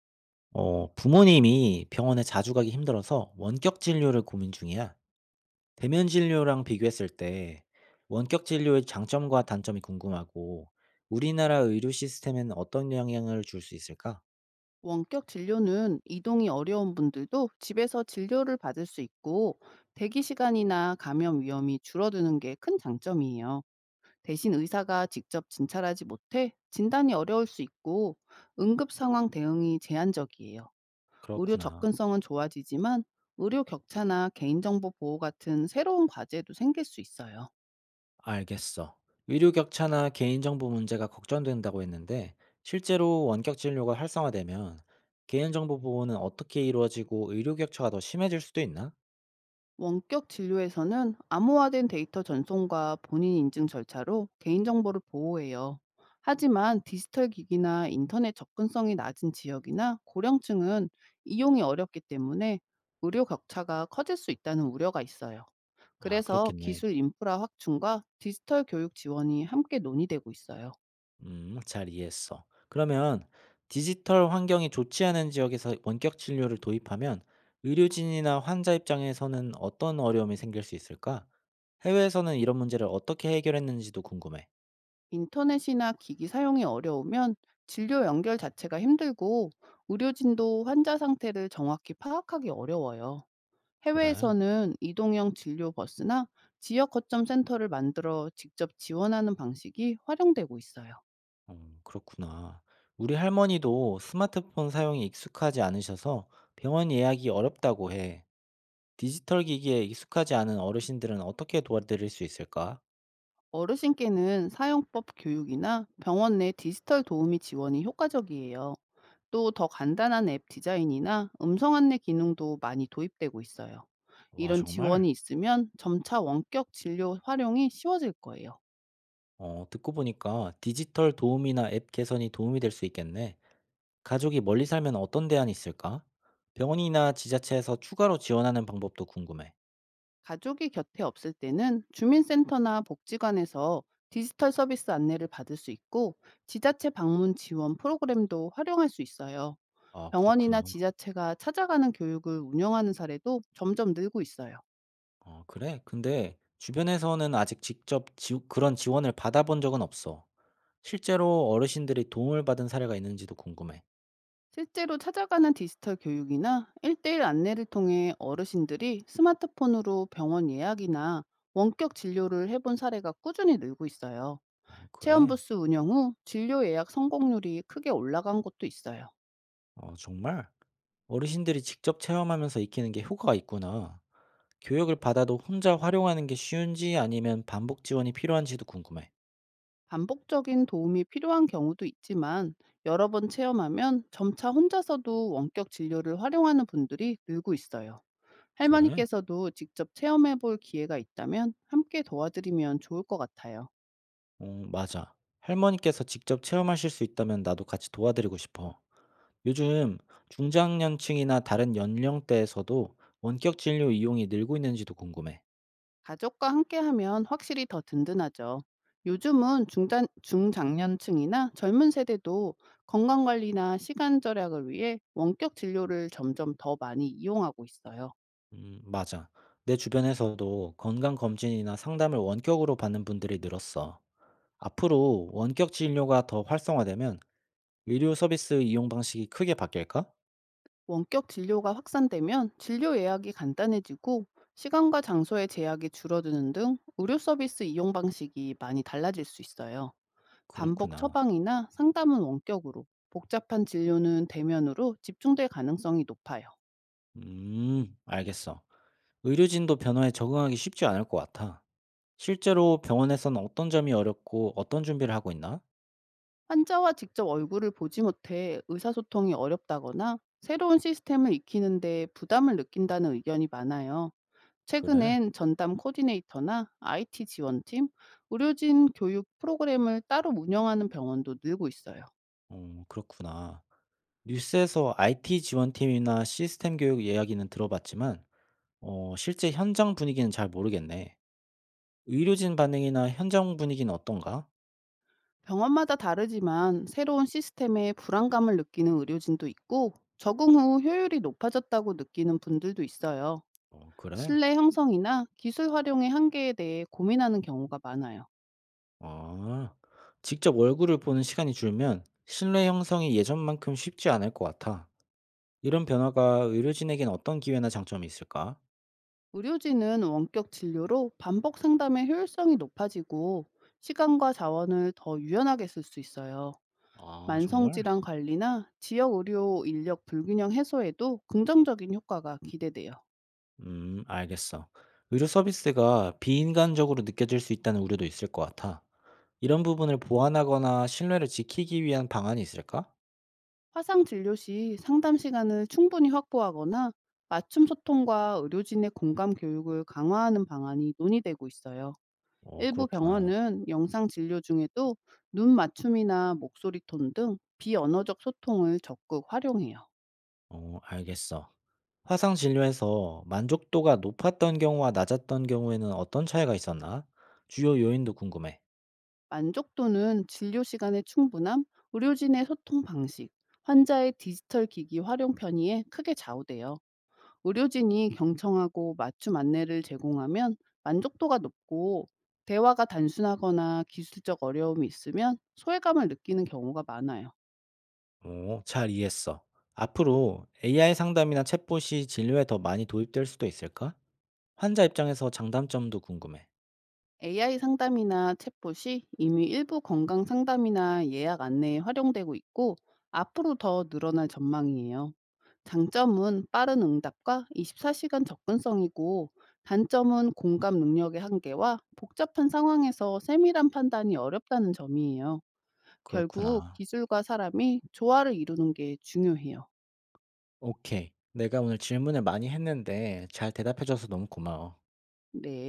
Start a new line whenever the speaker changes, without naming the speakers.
부모님이 병원에 자주 가기 힘들어서 원격 진료를 고민 중이야. 대면 진료랑 비교했을 때 원격 진료의 장점과 단점이 궁금하고 우리나라 의료 시스템에는 어떤 영향을 줄 수 있을까?
원격 진료는 이동이 어려운 분들도 집에서 진료를 받을 수 있고, 대기 시간이나 감염 위험이 줄어드는 게 큰 장점이에요. 대신 의사가 직접 진찰하지 못해 진단이 어려울 수 있고, 응급 상황 대응이 제한적이에요. 의료
그렇구나.
접근성은 좋아지지만, 의료 격차나 개인정보 보호 같은 새로운 과제도 생길 수 있어요.
알겠어. 의료 격차나 개인정보 문제가 걱정된다고 했는데 실제로 원격 진료가 활성화되면 개인정보 보호는 어떻게 이루어지고 의료 격차가 더 심해질 수도 있나?
원격 진료에서는 암호화된 데이터 전송과 본인 인증 절차로 개인정보를 보호해요. 하지만 디지털 기기나 인터넷 접근성이 낮은 지역이나 고령층은 이용이 어렵기 때문에, 의료 격차가 커질 수 있다는 우려가 있어요.
아,
그래서
그렇겠네.
기술 인프라 확충과 디지털 교육 지원이 함께 논의되고 있어요.
잘 이해했어. 그러면 디지털 환경이 좋지 않은 지역에서 원격 진료를 도입하면 의료진이나 환자 입장에서는 어떤 어려움이 생길 수 있을까? 해외에서는 이런 문제를 어떻게 해결했는지도 궁금해.
인터넷이나 기기 사용이 어려우면 진료 연결 자체가 힘들고, 의료진도 환자 상태를 정확히 파악하기 어려워요.
그래?
해외에서는 이동형 진료 버스나 지역 거점 센터를 만들어 직접 지원하는 방식이 활용되고 있어요.
그렇구나. 우리 할머니도 스마트폰 사용이 익숙하지 않으셔서 병원 예약이 어렵다고 해. 디지털 기기에 익숙하지 않은 어르신들은 어떻게 도와드릴 수 있을까?
어르신께는 사용법 교육이나 병원 내 디지털 도우미 지원이 효과적이에요. 또 더 간단한 앱 디자인이나 음성 안내 기능도 많이 도입되고 있어요.
와,
이런
정말?
지원이 있으면 점차 원격 진료 활용이 쉬워질 거예요.
듣고 보니까 디지털 도우미나 앱 개선이 도움이 될 수 있겠네. 가족이 멀리 살면 어떤 대안이 있을까? 병원이나 지자체에서 추가로 지원하는 방법도 궁금해.
가족이 곁에 없을 때는 주민센터나 복지관에서 디지털 서비스 안내를 받을 수 있고, 지자체 방문 지원 프로그램도 활용할 수 있어요.
아,
병원이나
그렇구나.
지자체가 찾아가는 교육을 운영하는 사례도 점점 늘고 있어요.
어, 그래? 근데 주변에서는 아직 그런 지원을 받아본 적은 없어. 실제로 어르신들이 도움을 받은 사례가 있는지도 궁금해.
실제로 찾아가는 디지털 교육이나 1대1 안내를 통해 어르신들이 스마트폰으로 병원 예약이나 원격 진료를 해본 사례가 꾸준히 늘고 있어요.
어, 그래?
체험부스 운영 후 진료 예약 성공률이 크게 올라간 곳도 있어요.
어, 정말? 어르신들이 직접 체험하면서 익히는 게 효과가 있구나. 교육을 받아도 혼자 활용하는 게 쉬운지 아니면 반복 지원이 필요한지도 궁금해.
반복적인 도움이 필요한 경우도 있지만, 여러 번 체험하면 점차 혼자서도 원격 진료를 활용하는 분들이 늘고 있어요.
그래?
할머니께서도 직접 체험해 볼 기회가 있다면 함께 도와드리면 좋을 것 같아요.
어, 맞아. 할머니께서 직접 체험하실 수 있다면 나도 같이 도와드리고 싶어. 요즘 중장년층이나 다른 연령대에서도 원격 진료 이용이 늘고 있는지도 궁금해.
가족과 함께 하면 확실히 더 든든하죠. 요즘은 중장년층이나 젊은 세대도 건강관리나 시간 절약을 위해 원격 진료를 점점 더 많이 이용하고 있어요.
맞아. 내 주변에서도 건강검진이나 상담을 원격으로 받는 분들이 늘었어. 앞으로 원격 진료가 더 활성화되면 의료 서비스 이용 방식이 크게 바뀔까?
원격 진료가 확산되면 진료 예약이 간단해지고, 시간과 장소의 제약이 줄어드는 등 의료 서비스 이용 방식이 많이 달라질 수 있어요. 반복
그렇구나.
처방이나 상담은 원격으로, 복잡한 진료는 대면으로 집중될 가능성이 높아요.
알겠어. 의료진도 변화에 적응하기 쉽지 않을 것 같아. 실제로 병원에서는 어떤 점이 어렵고 어떤 준비를 하고 있나?
환자와 직접 얼굴을 보지 못해 의사소통이 어렵다거나, 새로운 시스템을 익히는데 부담을 느낀다는 의견이 많아요.
그래?
최근엔 전담 코디네이터나 IT 지원팀, 의료진 교육 프로그램을 따로 운영하는 병원도 늘고 있어요.
어 그렇구나. 뉴스에서 IT 지원팀이나 시스템 교육 이야기는 들어봤지만 실제 현장 분위기는 잘 모르겠네. 의료진 반응이나 현장 분위기는 어떤가?
병원마다 다르지만, 새로운 시스템에 불안감을 느끼는 의료진도 있고 적응 후 효율이 높아졌다고 느끼는 분들도 있어요.
어 그래?
신뢰 형성이나 기술 활용의 한계에 대해 고민하는 경우가 많아요.
아. 직접 얼굴을 보는 시간이 줄면 신뢰 형성이 예전만큼 쉽지 않을 것 같아. 이런 변화가 의료진에겐 어떤 기회나 장점이 있을까?
의료진은 원격 진료로 반복 상담의 효율성이 높아지고, 시간과 자원을 더 유연하게 쓸 수 있어요.
아 정말?
만성질환 관리나 지역 의료 인력 불균형 해소에도 긍정적인 효과가 기대돼요.
알겠어. 의료 서비스가 비인간적으로 느껴질 수 있다는 우려도 있을 것 같아. 이런 부분을 보완하거나 신뢰를 지키기 위한 방안이 있을까?
화상 진료 시 상담 시간을 충분히 확보하거나, 맞춤 소통과 의료진의 공감 교육을 강화하는 방안이 논의되고 있어요.
어,
일부
그렇구나.
병원은 영상 진료 중에도 눈 맞춤이나 목소리 톤 등 비언어적 소통을 적극 활용해요.
어, 알겠어. 화상 진료에서 만족도가 높았던 경우와 낮았던 경우에는 어떤 차이가 있었나? 주요 요인도 궁금해.
만족도는 진료 시간의 충분함, 의료진의 소통 방식, 환자의 디지털 기기 활용 편의에 크게 좌우돼요. 의료진이 경청하고 맞춤 안내를 제공하면 만족도가 높고, 대화가 단순하거나 기술적 어려움이 있으면 소외감을 느끼는 경우가 많아요.
어, 잘 이해했어. 앞으로 AI 상담이나 챗봇이 진료에 더 많이 도입될 수도 있을까? 환자 입장에서 장단점도 궁금해.
AI 상담이나 챗봇이 이미 일부 건강 상담이나 예약 안내에 활용되고 있고, 앞으로 더 늘어날 전망이에요. 장점은 빠른 응답과 24시간 접근성이고, 단점은 공감 능력의 한계와 복잡한 상황에서 세밀한 판단이 어렵다는 점이에요. 결국
그렇구나.
기술과 사람이 조화를 이루는 게 중요해요.
오케이. 내가 오늘 질문을 많이 했는데 잘 대답해 줘서 너무 고마워.
네.